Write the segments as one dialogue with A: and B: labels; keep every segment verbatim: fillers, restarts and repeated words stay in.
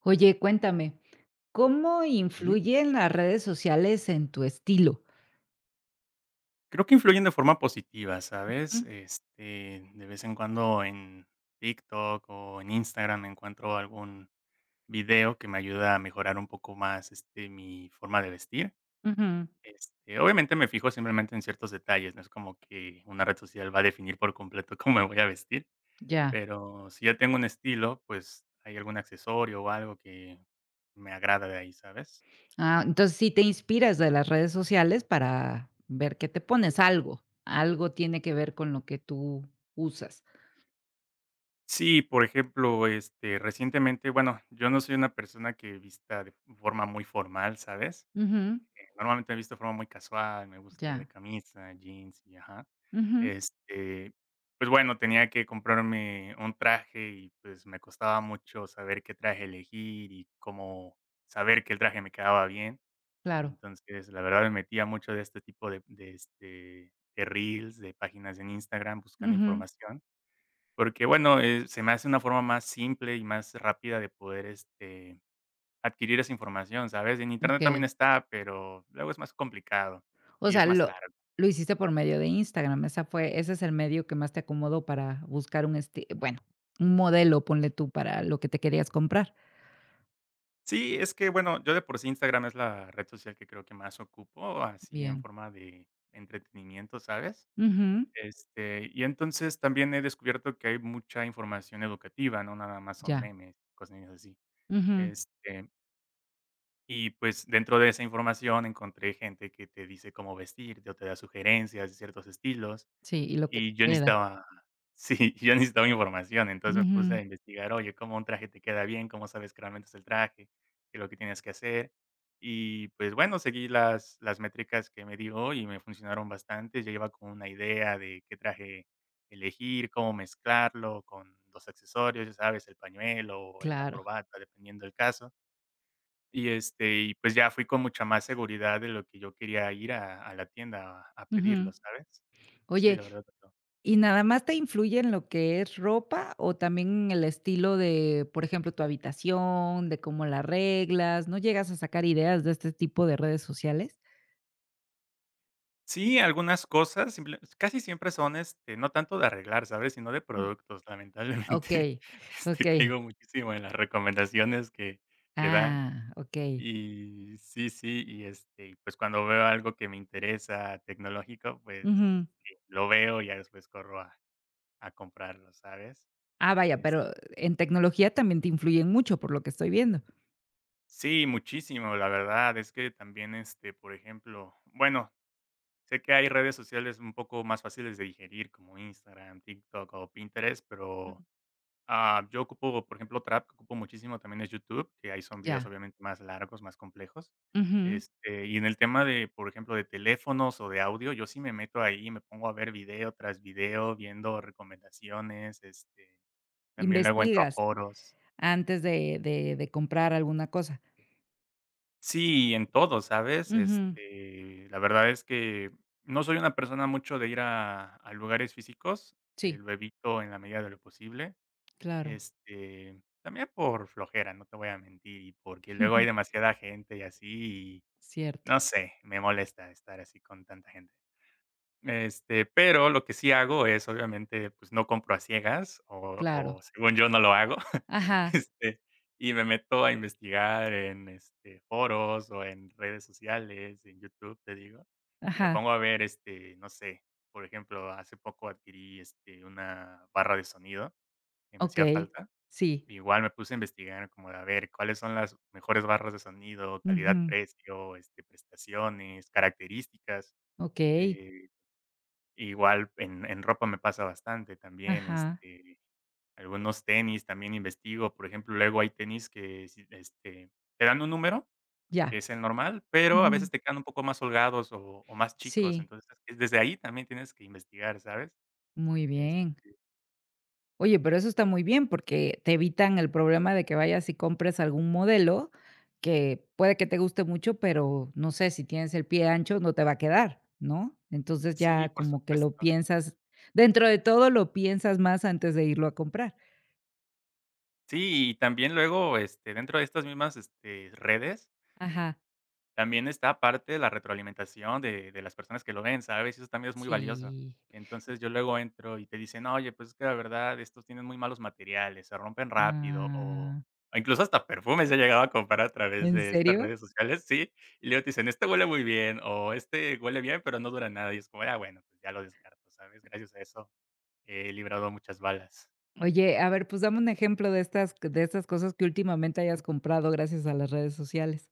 A: Oye, cuéntame, ¿cómo
B: Ujú.
A: influyen las redes sociales en tu estilo?
B: Creo que influyen de forma positiva, ¿sabes?
A: Ujú.
B: Este, de vez en cuando en TikTok o en Instagram encuentro algún video que me ayuda a mejorar un poco más, este, mi forma de vestir.
A: Ujú,
B: Este, obviamente me fijo simplemente en ciertos detalles, no es como que una red social va a definir por completo cómo me voy a vestir,
A: ya.
B: pero si ya tengo un estilo, pues hay algún accesorio o algo que me agrada de ahí, ¿sabes?
A: Ah, entonces sí te inspiras de las redes sociales para ver qué te pones, algo, algo tiene que ver con lo que tú usas.
B: Sí, por ejemplo, este, recientemente, bueno, yo no soy una persona que vista de forma muy formal, ¿sabes?
A: Ujú,
B: Normalmente me visto de forma muy casual, me gusta ir de
A: ya.
B: camisa, jeans y ajá.
A: Ujú,
B: Este, pues bueno, tenía que comprarme un traje y pues me costaba mucho saber qué traje elegir y cómo saber que el traje me quedaba bien.
A: claro.
B: Entonces, la verdad me metía mucho de este tipo de, de, este, de reels, de páginas en Instagram buscando
A: Ujú,
B: información porque, bueno, eh, se me hace una forma más simple y más rápida de poder, este, adquirir esa información, ¿sabes? En Internet también
A: okey.
B: está, pero luego es más complicado
A: O
B: y es
A: sea,
B: más
A: lo
B: largo.
A: lo hiciste por medio de Instagram, esa fue ese es el medio que más te acomodó para buscar un esti bueno, un modelo, ponle tú, para lo que te querías comprar.
B: Sí, es que, bueno, yo de por sí Instagram es la red social que creo que más ocupo, así en
A: Bien.
B: forma de entretenimiento, ¿sabes?
A: Ujú.
B: Este, y entonces también he descubierto que hay mucha información educativa, no nada más son
A: Ya,
B: memes, cosas así.
A: ujú.
B: Este Y, pues, dentro de esa información encontré gente que te dice cómo vestirte o te da sugerencias de ciertos estilos,
A: Sí, y lo que te
B: y yo
A: queda.
B: necesitaba sí, yo necesitaba información. Entonces me puse
A: Ujú,
B: a investigar, oye, cómo un traje te queda bien, cómo sabes que realmente es el traje, qué es lo que tienes que hacer. Y, pues, bueno, seguí las las métricas que me dio y me funcionaron bastante. Ya iba con una idea de qué traje elegir, cómo mezclarlo con los accesorios, ya sabes, el pañuelo o la
A: claro.
B: corbata, dependiendo del caso. Y, este, y pues ya fui con mucha más seguridad de lo que yo quería ir a a la tienda a a
A: Ujú.
B: pedirlo, ¿sabes? Sí,
A: Oye,
B: la verdad no.
A: ¿y nada más te influye en lo que es ropa o también en el estilo de, por ejemplo, tu habitación, de cómo la arreglas? ¿No llegas a sacar ideas de este tipo de redes sociales?
B: Sí, algunas cosas, simple casi siempre son, este, no tanto de arreglar, ¿sabes? Sino de
A: Mm.
B: productos, lamentablemente,
A: Okey,
B: este,
A: okey.
B: caigo muchísimo en las recomendaciones que que dan.
A: Ah, okey.
B: Y sí, sí, y, este, y pues cuando veo algo que me interesa tecnológico, pues,
A: Ujú.
B: sí, lo veo y ya después corro a a comprarlo, ¿sabes?
A: Ah, vaya, pero en tecnología también te influyen mucho, por lo que estoy viendo.
B: Sí, muchísimo, la verdad. Es que también, este, por ejemplo, bueno, sé que hay redes sociales un poco más fáciles de digerir, como Instagram, TikTok o Pinterest,
A: Mm.
B: pero ah, yo ocupo, por ejemplo, otra app que ocupo muchísimo también es YouTube, que ahí son videos
A: Ya.
B: obviamente más largos, más complejos.
A: Ujú.
B: Este, y en el tema de, por ejemplo, de teléfonos o de audio, yo sí me meto ahí, me pongo a ver video tras video, viendo recomendaciones, este, también luego entro a
A: Investigas
B: foros.
A: antes de de de comprar alguna cosa.
B: Sí, en todo, ¿sabes?
A: Ujú.
B: Este, la verdad es que no soy una persona mucho de ir a a lugares físicos, eh,
A: Sí,
B: lo evito en la medida de lo posible.
A: claro.
B: Este, también por flojera, no te voy a mentir, y porque luego hay demasiada gente y así, y
A: Cierto,
B: no sé, me molesta estar así con tanta gente. Este, pero lo que sí hago es, obviamente, pues, no compro a ciegas, o
A: claro.
B: o según yo no lo hago,
A: Ajá,
B: este, y me meto a investigar en, este, foros, o en redes sociales, en YouTube, te digo, y me
A: ajá,
B: pongo a ver, este, no sé, por ejemplo, hace poco adquirí, este, una barra de sonido que me hacía
A: okey,
B: falta.
A: sí.
B: Igual me puse a investigar como de a ver cuáles son las mejores barras de sonido, calidad,
A: Ujú.
B: precio, este, prestaciones, características.
A: Okey,
B: eh Igual en en ropa me pasa bastante también,
A: ajá,
B: este, algunos tenis también investigo, por ejemplo, luego hay tenis que sí, este, te dan un número,
A: ya.
B: que es el normal, pero a
A: Ujú.
B: veces te quedan un poco más holgados o o más chicos,
A: Sí,
B: entonces, es- desde ahí también tienes que investigar, ¿sabes?
A: muy bien.
B: Este,
A: Oye, pero eso está muy bien, porque te evitan el problema de que vayas y compres algún modelo que puede que te guste mucho, pero no sé, si tienes el pie ancho, no te va a quedar, ¿no? Entonces, ya
B: sí, por
A: como que lo
B: supuesto.
A: piensas dentro de todo, lo piensas más antes de irlo a comprar.
B: Sí, y también luego, este, dentro de estas mismas, este, redes,
A: Ajá.
B: también está parte de la retroalimentación de de las personas que lo ven, ¿sabes? Y eso también es muy valioso.
A: Sí.
B: Entonces, yo luego entro y te dicen: "Oye, pues es que la verdad estos tienen muy malos materiales, se rompen rápido", o
A: Ah,
B: o incluso hasta perfumes he llegado a comprar a través
A: ¿en
B: de estas
A: serio?
B: redes sociales, sí, y luego te dicen: "Este huele muy bien", o "Este huele bien, pero no dura nada", y es como de: "Ah, bueno, pues ya lo descarto", ¿sabes? Gracias a eso he librado muchas balas.
A: Oye, a ver, pues dame un ejemplo de estas de estas cosas que últimamente hayas comprado gracias a las redes sociales.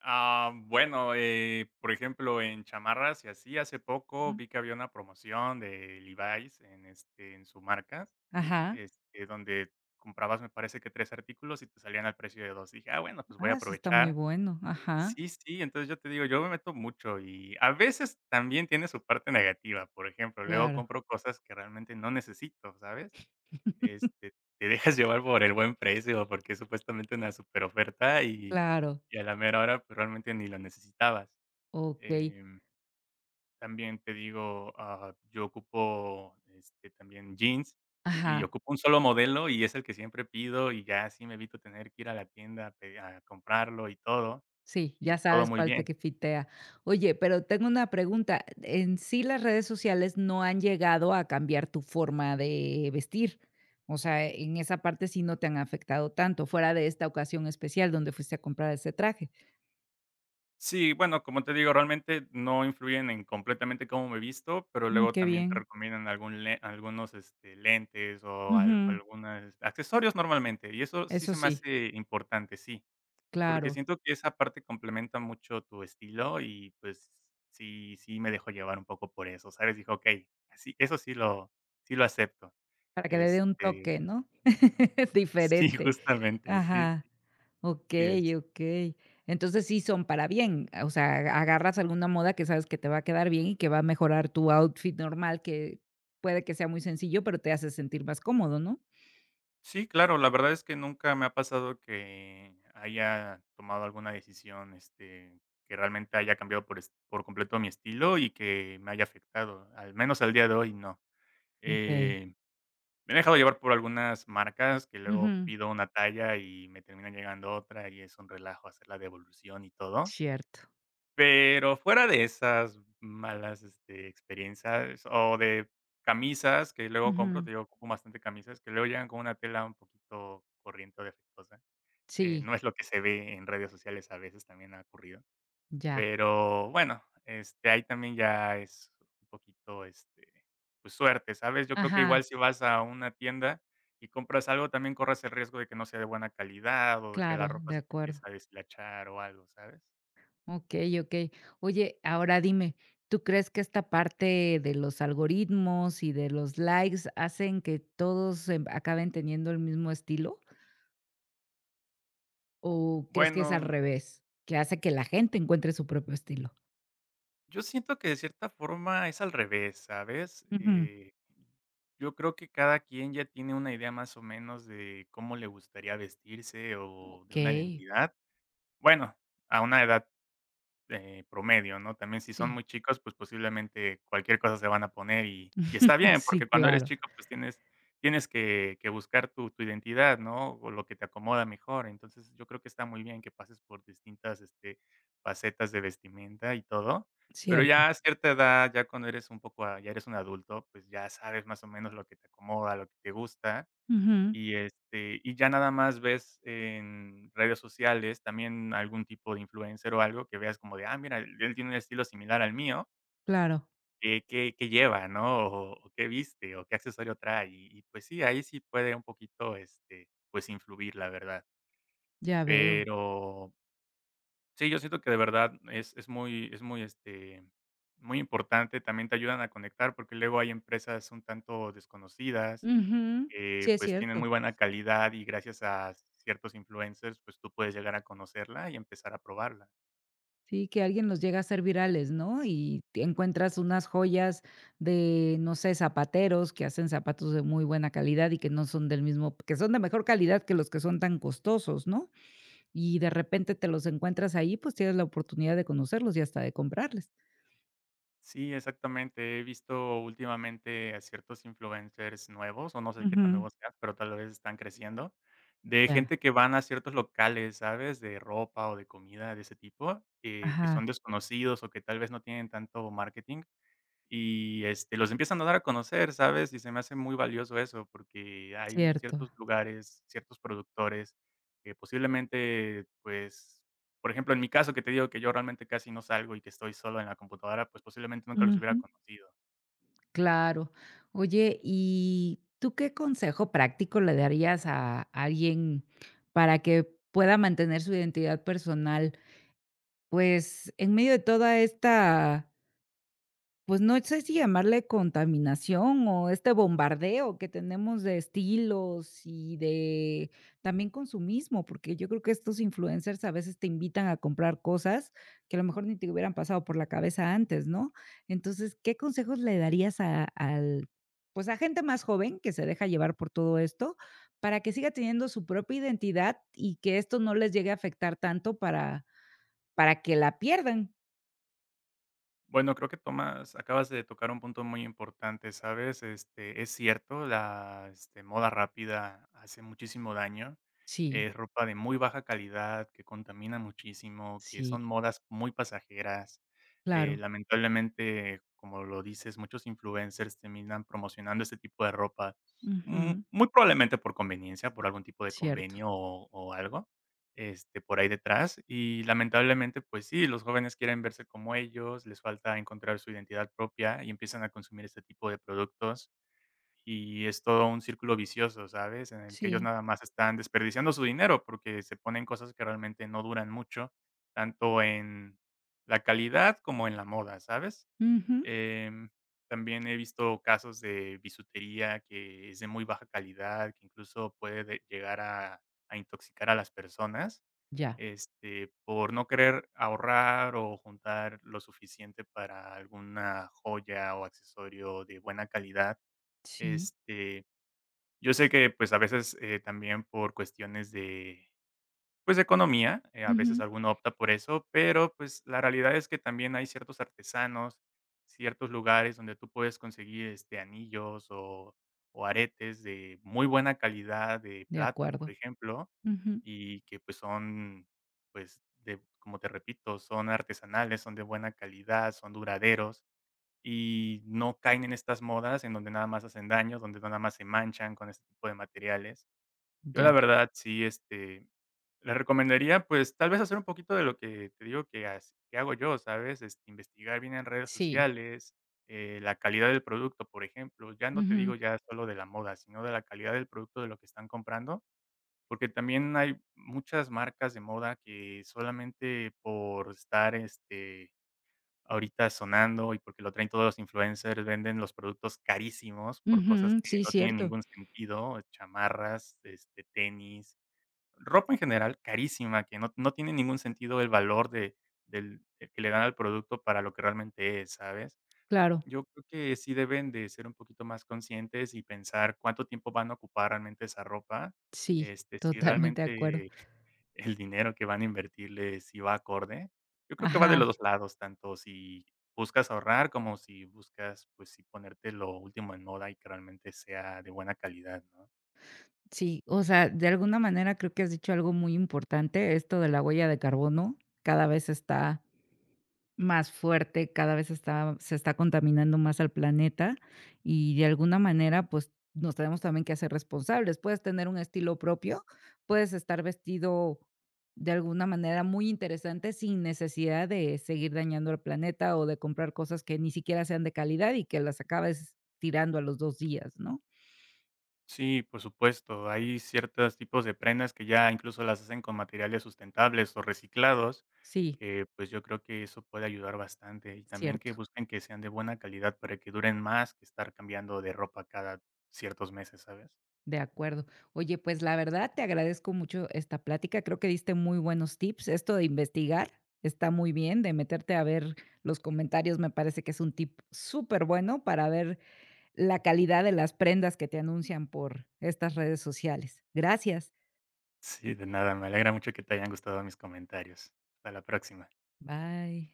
B: Ah, bueno, eh, por ejemplo, en chamarras y así, hace poco
A: Ujú.
B: vi que había una promoción de Levi's en, este, en su marca,
A: Ajá.
B: este, donde comprabas, me parece que tres artículos y te salían al precio de dos. Dije, ah, bueno, pues voy a
A: Ah, eso está muy
B: aprovechar.
A: bueno. Ajá.
B: Sí, sí, entonces yo te digo, yo me meto mucho y a veces también tiene su parte negativa. Por ejemplo, luego
A: Claro.
B: compro cosas que realmente no necesito, ¿sabes? Este, Te dejas llevar por el buen precio, porque es supuestamente una super oferta y
A: Claro.
B: y a la mera hora, pues, realmente ni lo necesitabas.
A: Okey.
B: Em, También te digo, ah, yo ocupo, este, también jeans y
A: Ajá.
B: ocupo un solo modelo y es el que siempre pido y ya así me evito tener que ir a la tienda a pe a comprarlo y todo,
A: Sí, ya
B: y todo
A: sabes
B: muy
A: cuál te
B: bien.
A: quifitea. Oye, pero tengo una pregunta. En sí, las redes sociales no han llegado a cambiar tu forma de vestir. O sea, en esa parte sí no te han afectado tanto, fuera de esta ocasión especial donde fuiste a comprar ese traje.
B: Sí, bueno, como te digo, realmente no influyen en completamente cómo me visto, pero
A: Mm,
B: luego
A: qué
B: también te
A: bien.
B: recomiendan algún le algunos, este, lentes o al
A: Ujú.
B: algunas accesorios normalmente, y eso sí
A: Eso
B: se me
A: sí,
B: hace importante, sí, porque
A: claro,
B: siento que esa parte complementa mucho tu estilo y, pues, sí sí me dejo llevar un poco por eso, ¿sabes? Dije: "Okey, así eso sí lo sí lo acepto".
A: para que le dé un
B: Este,
A: toque, ¿no?
B: sí,
A: Diferente.
B: justamente, sí,
A: Ajá.
B: sí.
A: Okey, okey. Entonces, sí son para bien, o sea, agarras alguna moda que sabes que te va a quedar bien y que va a mejorar tu outfit normal, que puede que sea muy sencillo, pero te hace sentir más cómodo, ¿no?
B: Sí, claro, la verdad es que nunca me ha pasado que haya tomado alguna decisión, este, que realmente haya cambiado por, es- por completo mi estilo y que me haya afectado, al menos al día de hoy no.
A: Okey.
B: Eh, Me he dejado llevar por algunas marcas que luego
A: Ujú.
B: pido una talla y me termina llegando otra y es un relajo hacer la devolución y todo,
A: Cierto.
B: pero fuera de esas malas, este, experiencias o de camisas que luego compro,
A: Ujú.
B: te digo, ocupo bastante camisas que luego llegan con una tela un poquito corriente o defectuosa. Eh,
A: Sí.
B: no es lo que se ve en redes sociales, a veces también ha ocurrido.
A: Ya.
B: Pero bueno, este, ahí también ya es un poquito, este, pues suerte, ¿sabes? Yo creo que
A: Ajá,
B: igual si vas a una tienda y compras algo, también corres el riesgo de que no sea de buena calidad o de que la
A: claro,
B: ropa
A: de
B: se te empiece
A: acuerdo.
B: a deshilachar o algo, ¿sabes?
A: Okey, okey. Oye, ahora dime, ¿tú crees que esta parte de los algoritmos y de los likes hacen que todos, em, acaben teniendo el mismo estilo? ¿O crees que es al
B: Bueno,
A: revés? Que hace que la gente encuentre su propio estilo.
B: yo siento que de cierta forma es al revés, ¿sabes?
A: Ujú.
B: Eh, yo creo que cada quien ya tiene una idea más o menos de cómo le gustaría vestirse o de una
A: Okey,
B: identidad. Bueno, a una edad eh, promedio, ¿no? También si son
A: sí.
B: muy chicos, pues posiblemente cualquier cosa se van a poner y y está bien,
A: Sí,
B: porque cuando eres
A: claro,
B: chico, pues tienes tienes que que buscar tu tu identidad, ¿no? O lo que te acomoda mejor. Entonces, yo creo que está muy bien que pases por distintas, este, facetas de vestimenta y todo, pero
A: cierto.
B: ya a cierta edad, ya cuando eres un poco, ah, ya eres un adulto, pues ya sabes más o menos lo que te acomoda, lo que te gusta.
A: Ujú,
B: Y, este, y ya nada más ves en redes sociales también algún tipo de influencer o algo que veas como de, ah, mira, él tiene un estilo similar al mío,
A: claro.
B: eh, ¿qué qué lleva, no? O o qué viste, o qué accesorio trae. Y y, pues sí, ahí sí puede un poquito, este, pues, influir, la verdad.
A: Ya veo.
B: Pero sí, yo siento que de verdad es es muy es muy, este, muy importante, también te ayudan a conectar, porque luego hay empresas un tanto desconocidas
A: Ujú. Sí,
B: que,
A: es
B: pues, tienen
A: cierto.
B: muy buena calidad y gracias a ciertos influencers, pues, tú puedes llegar a conocerla y empezar a probarla.
A: Sí, que alguien los llega a hacer virales, ¿no? Y te encuentras unas joyas de, no sé, zapateros que hacen zapatos de muy buena calidad y que no son del mismo que son de mejor calidad que los que son tan costosos, ¿no? Y de repente te los encuentras ahí, pues, tienes la oportunidad de conocerlos y hasta de comprarles.
B: Sí, exactamente. He visto últimamente a ciertos influencers nuevos, o no sé qué tan
A: Ujú.
B: nuevos sean, pero tal vez están creciendo, de
A: Ya,
B: gente que van a ciertos locales, ¿sabes?, de ropa o de comida de ese tipo, eh, que
A: ajá,
B: son desconocidos o que tal vez no tienen tanto marketing. Y, este, los empiezan a dar a conocer, ¿sabes? Y se me hace muy valioso eso, porque hay
A: cierto.
B: ciertos lugares, ciertos productores que posiblemente, pues, por ejemplo, en mi caso, que te digo que yo realmente casi no salgo y que estoy solo en la computadora, pues, posiblemente nunca los hubiera
A: Ujú.
B: conocido.
A: Claro. Oye, ¿y tú qué consejo práctico le darías a alguien para que pueda mantener su identidad personal? Pues en medio de toda esta pues no sé si llamarle contaminación o este bombardeo que tenemos de estilos y de también consumismo, porque yo creo que estos influencers a veces te invitan a comprar cosas que a lo mejor ni te hubieran pasado por la cabeza antes, ¿no? Entonces, ¿qué consejos le darías a, al, pues a gente más joven que se deja llevar por todo esto para que siga teniendo su propia identidad y que esto no les llegue a afectar tanto para, para que la pierdan?
B: Bueno, creo que tomas acabas de tocar un punto muy importante, ¿sabes? Este, es cierto, la, este, moda rápida hace muchísimo daño.
A: Sí,
B: Es ropa de muy baja calidad, que contamina muchísimo, que
A: sí,
B: son modas muy pasajeras. Eh,
A: claro.
B: lamentablemente, como lo dices, muchos influencers terminan promocionando este tipo de ropa, mm, muy probablemente por conveniencia, por algún tipo de
A: Cierto,
B: convenio o o algo, este, por ahí detrás. Y lamentablemente, pues sí, los jóvenes quieren verse como ellos, les falta encontrar su identidad propia y empiezan a consumir este tipo de productos. Y es todo un círculo vicioso, ¿sabes? En el que ellos
A: sí.
B: nada más están desperdiciando su dinero porque se ponen cosas que realmente no duran mucho, tanto en la calidad como en la moda, ¿sabes?
A: Ujú.
B: Em, También he visto casos de bisutería que es de muy baja calidad, que incluso puede de- llegar a, a intoxicar a las personas,
A: Ya,
B: este, por no querer ahorrar o juntar lo suficiente para alguna joya o accesorio de buena calidad.
A: sí.
B: Este, yo sé que pues a veces eh, también por cuestiones, pues, economía, eh, a veces
A: Ujú.
B: alguno opta por eso, pero, pues, la realidad es que también hay ciertos artesanos, ciertos lugares donde tú puedes conseguir, este, anillos o o aretes de muy buena calidad de
A: De
B: plata, por
A: acuerdo.
B: ejemplo,
A: Ujú.
B: y que, pues, son, pues, de como te repito, son artesanales, son de buena calidad, son duraderos y no caen en estas modas en donde nada más hacen daño, donde nada más se manchan con este tipo de materiales. Yo la
A: Ya,
B: verdad sí, este, le recomendaría, pues, tal vez hacer un poquito de lo que te digo que has que hago yo, ¿sabes? Este, investigar bien en redes
A: sí.
B: sociales, eh, la calidad del producto, por ejemplo. Ya no te
A: Ujú,
B: digo ya solo de la moda, sino de la calidad del producto de lo que están comprando, porque también hay muchas marcas de moda que solamente por estar, este, ahorita sonando y porque lo traen todos los influencers, venden los productos carísimos por cosas
A: ujú,
B: que
A: sí,
B: no tienen
A: cierto,
B: ningún sentido, chamarras, este, tenis, ropa en general carísima, que no no tiene ningún sentido el valor de del del que le dan al producto para lo que realmente es, ¿sabes?
A: claro.
B: Yo creo que sí deben de ser un poquito más conscientes y pensar cuánto tiempo van a ocupar realmente esa ropa,
A: Sí,
B: este, si
A: totalmente de acuerdo.
B: realmente el dinero que van a invertirle, si va acorde. Yo creo que va de
A: Ajá,
B: los dos lados, tanto si buscas ahorrar como si buscas, pues si ponerte lo último en moda y que realmente sea de buena calidad, ¿no?
A: sí, o sea, de alguna manera creo que has dicho algo muy importante, esto de la huella de carbono cada vez está más fuerte, cada vez está se está contaminando más al planeta y de alguna manera, pues, nos tenemos también que hacer responsables. Puedes tener un estilo propio, puedes estar vestido de alguna manera muy interesante sin necesidad de seguir dañando al planeta o de comprar cosas que ni siquiera sean de calidad y que las acabes tirando a los dos días, ¿no?
B: Sí, por supuesto. Hay ciertos tipos de prendas que ya incluso las hacen con materiales sustentables o reciclados,
A: Sí,
B: que pues yo creo que eso puede ayudar bastante. Y también
A: cierto.
B: que busquen que sean de buena calidad para que duren más que estar cambiando de ropa cada ciertos meses, ¿sabes?
A: De acuerdo. Oye, pues la verdad te agradezco mucho esta plática. Creo que diste muy buenos tips. Esto de investigar está muy bien, de meterte a ver los comentarios me parece que es un tip súper bueno para ver la calidad de las prendas que te anuncian por estas redes sociales. Gracias.
B: Sí, de nada. Me alegra mucho que te hayan gustado mis comentarios. Hasta la próxima.
A: Bye.